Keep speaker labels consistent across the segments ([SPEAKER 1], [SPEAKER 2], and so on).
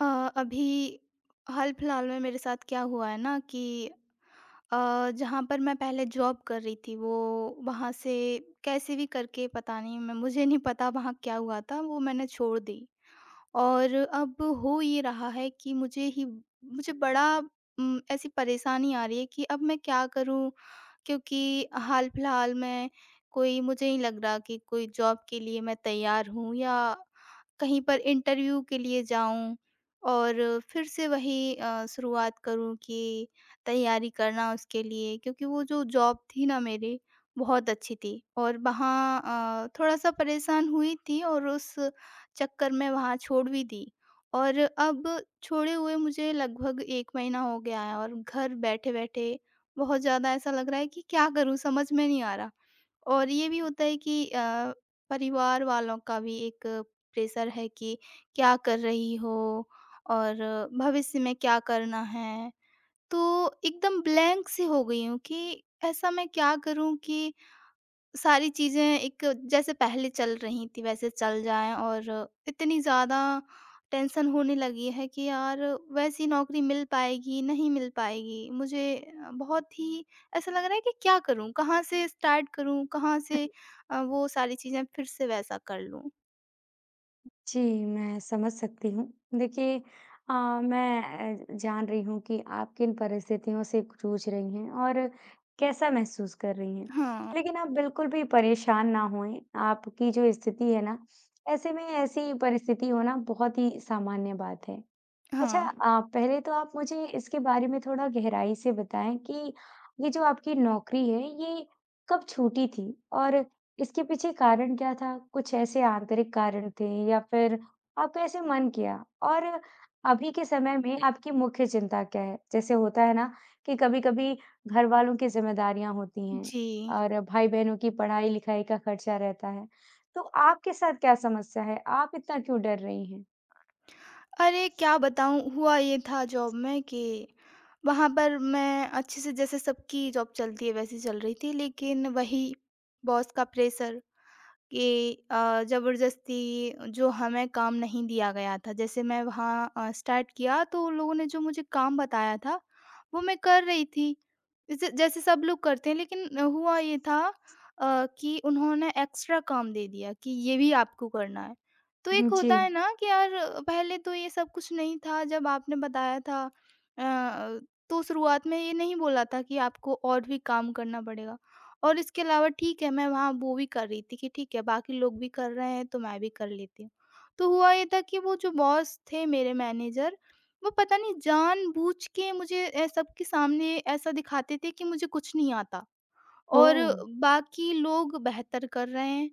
[SPEAKER 1] अ, अभी हाल-फिलहाल में मेरे साथ क्या हुआ है ना कि जहाँ पर मैं पहले जॉब कर रही थी वो वहाँ से कैसे भी करके पता नहीं मैं मुझे नहीं पता वहाँ क्या हुआ था वो मैंने छोड़ दी। और अब हो ये रहा है कि मुझे बड़ा ऐसी परेशानी आ रही है कि अब मैं क्या करूँ? क्योंकि हाल-फिलहाल में कोई मुझे नहीं लग रहा कि कोई जॉब के लिए मैं तैयार हूँ या कहीं पर इंटरव्यू के लिए जाऊँ और फिर से वही शुरुआत करूँ कि तैयारी करना उसके लिए, क्योंकि वो जो जॉब थी ना मेरी बहुत अच्छी थी। और वहाँ थोड़ा-सा परेशान हुई थी और उस चक्कर में वहाँ छोड़ भी दी। और अब छोड़े हुए मुझे लगभग 1 महीना हो गया है और घर बैठे-बैठे बहुत ज़्यादा ऐसा लग रहा है कि क्या करूँ, समझ में नहीं आ रहा। और ये भी होता है कि परिवार वालों का भी एक प्रेशर है कि क्या कर रही हो और भविष्य में क्या करना है। तो एकदम ब्लैंक सी हो गई हूँ कि ऐसा मैं क्या करूँ कि सारी चीज़ें एक, जैसे पहले चल रही थी वैसे चल जाएँ। और इतनी ज़्यादा टेंशन होने लगी है कि यार वैसी नौकरी मिल पाएगी, नहीं मिल पाएगी। मुझे बहुत ही ऐसा लग रहा है कि क्या करूँ? कहाँ से स्टार्ट करूँ? कहाँ से वो सारी चीज़ें फिर से वैसा कर लूँ?
[SPEAKER 2] जी, मैं समझ सकती हूँ। देखिए अ, मैं जान रही हूँ कि आप किन परिस्थितियों से जूझ रही हैं और कैसा महसूस कर रही हैं।
[SPEAKER 1] हाँ,
[SPEAKER 2] लेकिन आप बिल्कुल भी परेशान ना होएँ, आपकी जो स्थिति है ना, ऐसे में ऐसी परिस्थिति होना बहुत ही सामान्य बात है। अच्छा
[SPEAKER 1] हाँ।
[SPEAKER 2] पहले तो आप मुझे इसके बारे में थोड़ा गहराई से बताएँ कि ये जो आपकी नौकरी है, ये कब छूटी थी? और इसके पीछे कारण क्या था? कुछ ऐसे आंतरिक कारण थे या फिर आपका ऐसे मन किया? और अभी के समय में आपकी मुख्य चिंता क्या है? जैसे होता है ना कि कभी-कभी घरवालों की ज़िम्मेदारियाँ होती हैं
[SPEAKER 1] जी।
[SPEAKER 2] और भाई-बहनों की पढ़ाई-लिखाई का खर्चा रहता है। तो आपके साथ क्या समस्या है? आप इतना क्यों डर रही हैं?
[SPEAKER 1] अरे! क्या बताऊँ, हुआ ये था जॉब में कि वहाँ पर मैं अच्छे से, जैसे सबकी जॉब चलती है वैसी चल रही थी, लेकिन वही बॉस का प्रेशर कि ज़बरदस्ती, जो हमें काम नहीं दिया गया था। जैसे मैं वहाँ स्टार्ट किया तो उन लोगों ने जो मुझे काम बताया था, वो मैं कर रही थी। जैसे जैसे सब लोग करते हैं, लेकिन हुआ ये था कि उन्होंने एक्स्ट्रा काम दे दिया कि ये भी आपको करना है। तो एक
[SPEAKER 2] हुँ, जी।
[SPEAKER 1] होता है ना कि यार पहले तो ये सब कुछ नहीं था जब आपने बताया था, अ, तो शुरुआत में ये नहीं बोला था कि आपको और भी काम करना पड़ेगा। और इसके अलावा ठीक है, मैं वहाँ वो भी कर रही थी कि ठीक है बाकी लोग भी कर रहे हैं तो मैं भी कर लेती हूँ। तो हुआ ये था कि वो जो बॉस थे मेरे मैनेजर, वो पता नहीं जानबूझ के मुझे सबके सामने ऐसा दिखाते थे कि मुझे कुछ नहीं आता। और
[SPEAKER 2] ओह!
[SPEAKER 1] बाकी लोग बेहतर कर रहे हैं।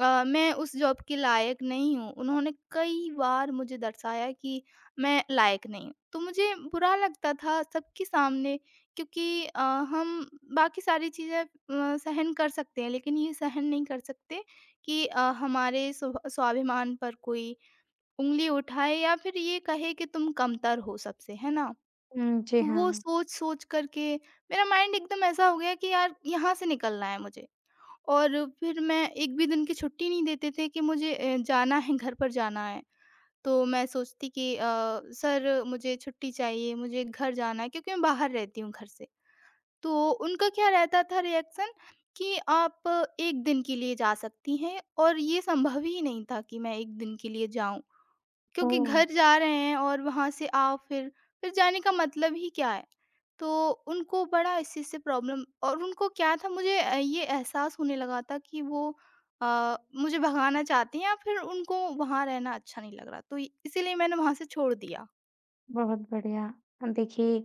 [SPEAKER 1] मैं उस जॉब के लायक नहीं हूँ। उन्होंने कई बार मुझे दर्शाया कि मैं लायक नहीं हूँ। तो मुझे बुरा लगता था सबके सामने, क्योंकि हम बाकी सारी चीज़ें सहन कर सकते हैं लेकिन ये सहन नहीं कर सकते कि हमारे स्वाभिमान पर कोई उँगली उठाए या फिर ये कहे कि तुम कमतर हो सबसे, है ना?
[SPEAKER 2] हुँ, जी
[SPEAKER 1] तो वो
[SPEAKER 2] हाँ।
[SPEAKER 1] सोच-सोच कर के मेरा माइंड एकदम ऐसा हो गया कि यार यहाँ से निकलना है मुझे। और फिर मैं, एक भी दिन की छुट्टी नहीं देते थे कि मुझे जाना है, घर पर जाना है। तो मैं सोचती कि सर मुझे छुट्टी चाहिए, मुझे घर जाना है क्योंकि मैं बाहर रहती हूँ घर से। तो उनका क्या रहता था रिएक्शन कि आप 1 दिन के लिए जा सकती हैं, और ये संभव ही नहीं था कि मैं 1 दिन के लिए जाऊँ। क्योंकि
[SPEAKER 2] ओह!
[SPEAKER 1] घर जा रहे हैं और वहाँ से आओ फिर जाने का मतलब ही क्या है? तो उनको बड़ा इस चीज़ से प्रॉब्लम, और उनको क्या था, मुझे ये एहसास होने लगा था कि वो मुझे भगाना चाहते हैं या फिर उनको वहाँ रहना अच्छा नहीं लग रहा, तो इ इसीलिए मैंने वहाँ से छोड़ दिया।
[SPEAKER 2] बहुत बढ़िया। देखिए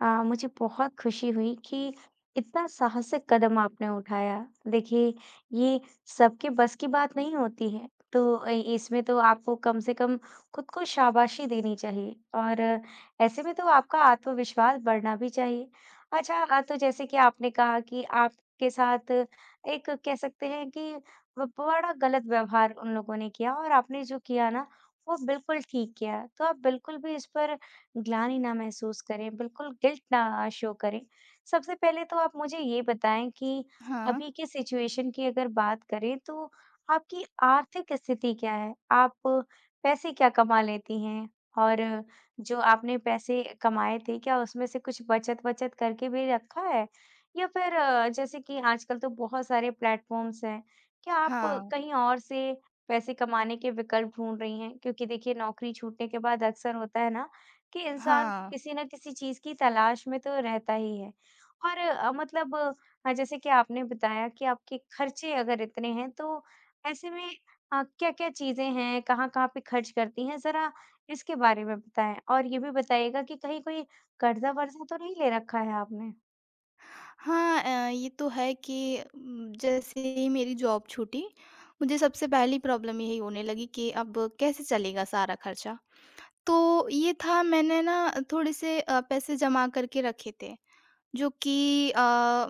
[SPEAKER 2] मुझे बहुत खुशी हुई कि इतना साहसिक कदम आपने उठाया। देखिए ये सबके बस की बात नहीं होती है, तो इसमें तो आपको कम से कम खुद को शाबाशी देनी चाहिए और ऐसे में तो आपका आत्मविश्वास बढ़ना भी चाहिए। अच्छा तो जैसे कि आपने कहा कि आपके साथ एक कह सकते हैं कि ब बड़ा गलत व्यवहार उन लोगों ने किया और आपने जो किया ना, वो बिल्कुल ठीक किया। तो आप बिल्कुल भी इस पर ग्लानि ना महसूस करें, बिल्कुल गिल्ट ना शो करें। सबसे पहले तो आप मुझे ये बताएँ कि
[SPEAKER 1] हाँ,
[SPEAKER 2] अभी के सिचुएशन की अगर बात करें तो आपकी आर्थिक स्थिति क्या है? आप पैसे क्या कमा लेती हैं? और जो आपने पैसे कमाए थे, क्या उसमें से कुछ बचत-वचत करके भी रखा है? या फिर जैसे कि आजकल तो बहुत सारे प्लेटफ़ॉर्म्स हैं, क्या आप
[SPEAKER 1] हाँ,
[SPEAKER 2] कहीं और से पैसे कमाने के विकल्प ढूँढ रही हैं? क्योंकि देखिए नौकरी छूटने के बाद अक्सर होता है ना कि इंसान
[SPEAKER 1] हाँ।
[SPEAKER 2] किसी न किसी चीज़ की तलाश में तो रहता ही है। और मतलब जैसे कि आपने बताया कि आपके खर्चे अगर इतने हैं, तो ऐसे में क्या-क्या चीज़ें हैं, कहाँ-कहाँ पे खर्च करती हैं? ज़रा इसके बारे में बताएँ और ये भी बताइएगा कि कहीं कोई कर्ज़ा-वर्ज़ा तो नहीं ले रखा है आपने?
[SPEAKER 1] हाँ, ये तो है कि जैसे ही मेरी जॉब छूटी, मुझे सबसे पहली प्रॉब्लम यही होने लगी कि अब कैसे चलेगा सारा खर्चा? तो ये था, मैंने ना थोड़े से पैसे जमा करके रखे थे, जो कि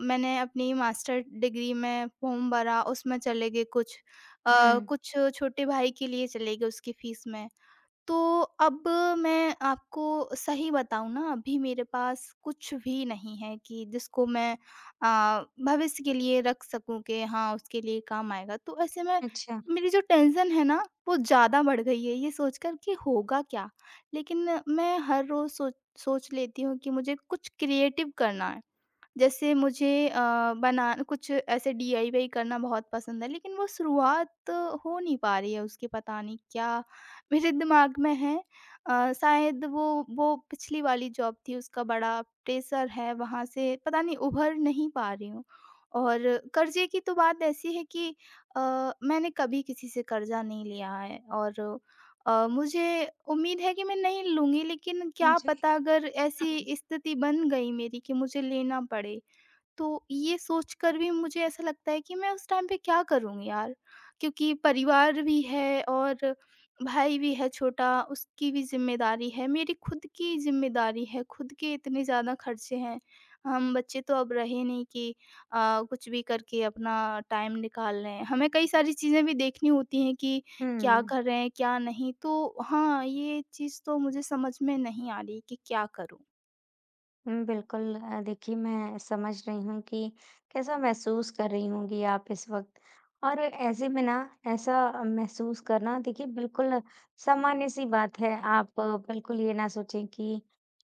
[SPEAKER 1] मैंने अपनी मास्टर डिग्री में फॉर्म भरा उसमें चले गए कुछ अ,
[SPEAKER 2] हुँ।
[SPEAKER 1] कुछ छोटे भाई के लिए चले गए उसकी फीस में। तो अब मैं आपको सही बताऊँ ना, अभी मेरे पास कुछ भी नहीं है कि जिसको मैं भविष्य के लिए रख सकूँ कि हाँ, उसके लिए काम आएगा। तो ऐसे में
[SPEAKER 2] अच्छा।
[SPEAKER 1] मेरी जो टेंशन है ना वो ज़्यादा बढ़ गई है, ये सोचकर कि होगा क्या? लेकिन मैं हर रोज़ सोच सोच लेती हूँ कि मुझे कुछ क्रिएटिव करना है। जैसे मुझे अ, बना कुछ ऐसे डीआईवाई करना बहुत पसंद है, लेकिन वो शुरुआत हो नहीं पा रही है, उसकी पता नहीं क्या मेरे दिमाग में है। शायद वो पिछली वाली जॉब थी उसका बड़ा प्रेशर है, वहाँ से पता नहीं उभर नहीं पा रही हूँ। और कर्जे की तो बात ऐसी है कि अ, मैंने कभी किसी से कर्जा नहीं लिया है, और मुझे उम्मीद है कि मैं नहीं लूँगी, लेकिन
[SPEAKER 2] हाँ
[SPEAKER 1] क्या
[SPEAKER 2] जी।
[SPEAKER 1] पता अगर ऐसी स्थिति बन गई मेरी कि मुझे लेना पड़े, तो ये सोचकर भी मुझे ऐसा लगता है कि मैं उस टाइम पे क्या करूँगी यार? क्योंकि परिवार भी है और भाई भी है छोटा, उसकी भी ज़िम्मेदारी है, मेरी खुद की ज़िम्मेदारी है, खुद के इतने ज़्यादा खर्चे हैं। हम बच्चे तो अब रहे नहीं कि अ, कुछ भी करके अपना टाइम निकाल लें। हमें कई सारी चीज़ें भी देखनी होती हैं कि क्या
[SPEAKER 2] हुँ।
[SPEAKER 1] कर रहे हैं, क्या नहीं। तो हाँ, ये चीज़ तो मुझे समझ में नहीं आ रही कि क्या करूँ?
[SPEAKER 2] हुँ, बिल्कुल देखिए मैं समझ रही हूँ कि कैसा महसूस कर रही होंगी आप इस वक़्त। और ऐसे में ना ऐसा महसूस करना देखिए बिल्कुल सामान्य-सी बात है। आप बिल्कुल ये ना सोचें कि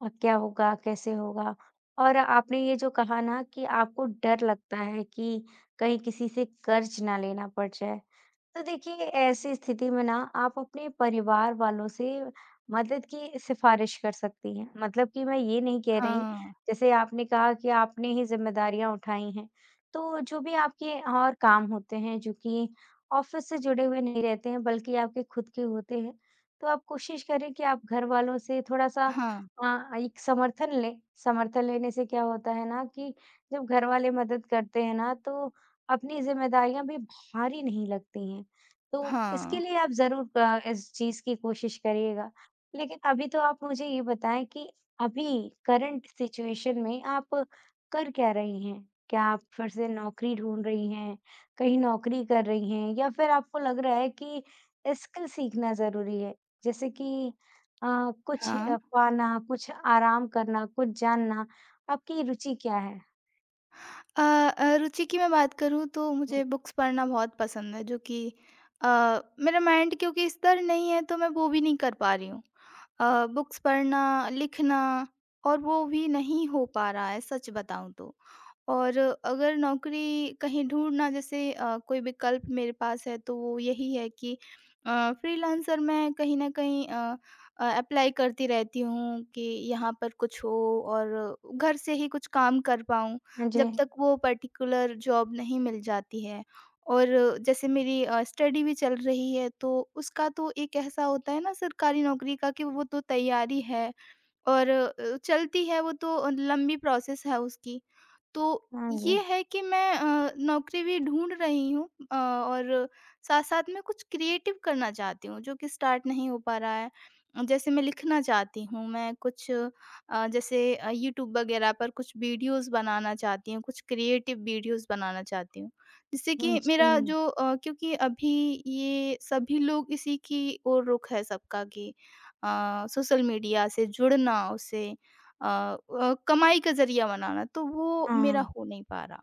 [SPEAKER 2] क्या होगा, कैसे होगा? और आपने ये जो कहा ना कि आपको डर लगता है कि कहीं किसी से कर्ज़ ना लेना पड़ जाए। तो देखिए ऐसी स्थिति में ना आप अपने परिवार वालों से मदद की सिफारिश कर सकती हैं मतलब कि मैं ये नहीं कह रही
[SPEAKER 1] हाँ।
[SPEAKER 2] जैसे आपने कहा कि आपने ही जिम्मेदारियां उठाई हैं तो जो भी आपके और काम होते हैं जो कि ऑफिस से जुड़े हुए नहीं रहते हैं बल्कि आपके खुद के होते हैं तो आप कोशिश करें कि आप घर वालों से थोड़ा सा
[SPEAKER 1] हाँ,
[SPEAKER 2] एक समर्थन लें समर्थन लेने से क्या होता है ना कि जब घर वाले मदद करते हैं ना तो अपनी जिम्मेदारियां भी भारी नहीं लगती हैं तो इसके
[SPEAKER 1] हाँ,
[SPEAKER 2] लिए आप ज़रूर इस चीज़ की कोशिश करिएगा। लेकिन अभी तो आप मुझे ये बताएँ कि अभी करंट सिचुएशन में आप कर क्या रही हैं? क्या आप फिर से नौकरी ढूँढ रही हैं? कहीं नौकरी कर रही हैं? या फिर आपको लग रहा है कि स्किल सीखना ज़रूरी है? जैसे कि अ, कुछ
[SPEAKER 1] हाँ।
[SPEAKER 2] पाना, कुछ आराम करना, कुछ जानना, आपकी रुचि क्या है?
[SPEAKER 1] अ रुचि की मैं बात करूँ तो
[SPEAKER 2] हुँ,
[SPEAKER 1] मुझे बुक्स पढ़ना बहुत पसंद है, जो कि अ, मेरा माइंड क्योंकि स्तर नहीं है, तो मैं वो भी नहीं कर पा रही हूँ। बुक्स पढ़ना, लिखना, और वो भी नहीं हो पा रहा है सच बताऊँ तो। और अगर नौकरी कहीं ढूँढना, जैसे कोई विकल्प मेरे पास है तो वो यही है कि फ्रीलांसर, मैं कहीं न कहीं अप्लाई करती रहती हूँ कि यहाँ पर कुछ हो और घर से ही कुछ काम कर पाऊँ,
[SPEAKER 2] हाँ जी,
[SPEAKER 1] जब तक वो पर्टिकुलर जॉब नहीं मिल जाती है। और जैसे मेरी स्टडी भी चल रही है, तो उसका तो एक ऐसा होता है ना सरकारी नौकरी का कि वो तो तैयारी है और चलती है, वो तो लंबी प्रोसेस है उसकी। तो
[SPEAKER 2] हाँ
[SPEAKER 1] ये
[SPEAKER 2] जी।
[SPEAKER 1] है कि मैं नौकरी भी ढूँढ रही हूँ, और साथ-साथ में कुछ क्रिएटिव करना चाहती हूँ, जो कि स्टार्ट नहीं हो पा रहा है। जैसे मैं लिखना चाहती हूँ, मैं कुछ जैसे यूट्यूब वगैरह पर कुछ वीडियोज़ बनाना चाहती हूँ, कुछ क्रिएटिव वीडियोज़ बनाना चाहती हूँ। जिससे
[SPEAKER 2] हुँ,
[SPEAKER 1] कि मेरा
[SPEAKER 2] जी,
[SPEAKER 1] जो क्योंकि अभी ये सभी लोग इसी की ओर रुख है सबका कि सोशल मीडिया से जुड़ना, उसे कमाई का ज़रिया बनाना, तो वो मेरा
[SPEAKER 2] हाँ।
[SPEAKER 1] हो नहीं पा रहा।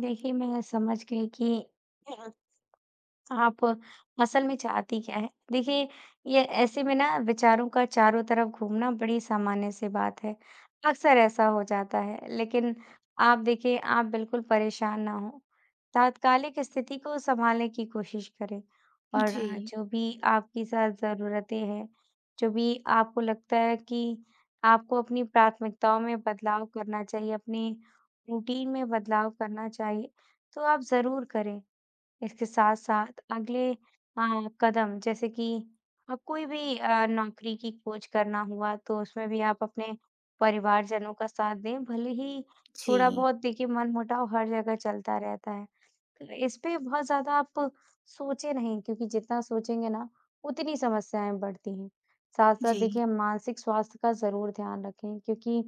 [SPEAKER 2] देखिए, मैं समझ गई कि आप असल में चाहती क्या हैं? देखिए, ये ऐसे में ना विचारों का चारों तरफ घूमना बड़ी सामान्य सी बात है। अक्सर ऐसा हो जाता है, लेकिन आप देखिए, आप बिल्कुल परेशान ना हों। तात्कालिक स्थिति को सँभालने की कोशिश करें और
[SPEAKER 1] जी,
[SPEAKER 2] जो भी आपके साथ ज़रूरतें हैं, जो भी आपको लगता है कि आपको अपनी प्राथमिकताओं में बदलाव करना चाहिए, अपनी रूटीन में बदलाव करना चाहिए, तो आप ज़रूर करें। इसके साथ-साथ अगले कदम जैसे कि कोई भी नौकरी की खोज करना हुआ तो उसमें भी आप अपने परिवारजनों का साथ दें। भले ही
[SPEAKER 1] जी,
[SPEAKER 2] थोड़ा-बहुत देखिए मनमुटाव हर जगह चलता रहता है। इस पे बहुत ज़्यादा आप सोचे नहीं क्योंकि जितना सोचेंगे ना, उतनी समस्याएँ बढ़ती हैं। साथ-साथ
[SPEAKER 1] जी।
[SPEAKER 2] देखिए मानसिक स्वास्थ्य का ज़रूर ध्यान रखें क्योंकि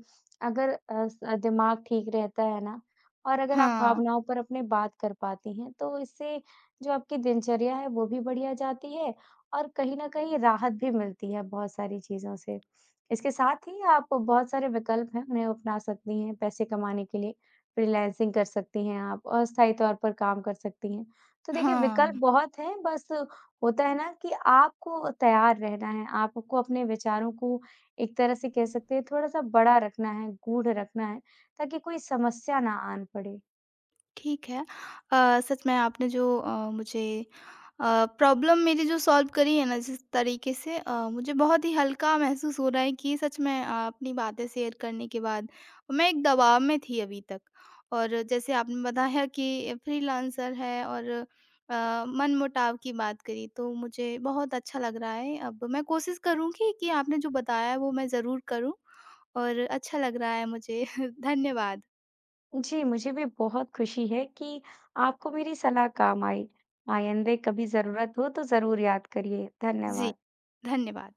[SPEAKER 2] अगर स दिमाग ठीक रहता है ना और अगर आप
[SPEAKER 1] हाँ,
[SPEAKER 2] भावनाओं पर अपने बात कर पाती हैं, तो इससे जो आपकी दिनचर्या है वो भी बढ़िया जाती है और कहीं न कहीं राहत भी मिलती है बहुत सारी चीज़ों से। इसके साथ ही आप बहुत सारे विकल्प हैं, उन्हें अपना सकती हैं पैसे कमाने के लिए। फ्रीलांसिंग कर सकती हैं आप, अस्थायी तौर पर काम कर सकती हैं। तो देखिए विकल्प
[SPEAKER 1] हाँ।
[SPEAKER 2] बहुत हैं, बस होता है ना कि आपको तैयार रहना है, आपको अपने विचारों को एक तरह से कह सकते हैं थोड़ा-सा बड़ा रखना है, गूढ़ रखना है, ताकि कोई समस्या ना आन पड़े।
[SPEAKER 1] ठीक है। सच में आपने जो मुझे अ, प्रॉब्लम मेरी जो सॉल्व करी है ना, जिस तरीके से, मुझे बहुत ही हल्का महसूस हो रहा है, कि सच में अपनी बातें शेयर करने के बाद मैं एक दबाव में थी अभी तक। और जैसे आपने बताया कि फ्रीलांसर है और मनमुटाव की बात करी, तो मुझे बहुत अच्छा लग रहा है। अब मैं कोशिश करूँगी कि आपने जो बताया है वो मैं ज़रूर करूँ, और अच्छा लग रहा है मुझे। धन्यवाद।
[SPEAKER 2] जी, मुझे भी बहुत खुशी है कि आपको मेरी सलाह काम आई। आइंदे कभी ज़रूरत हो तो ज़रूर याद करिए।
[SPEAKER 1] जी,
[SPEAKER 2] धन्यवाद।
[SPEAKER 1] धन्यवाद।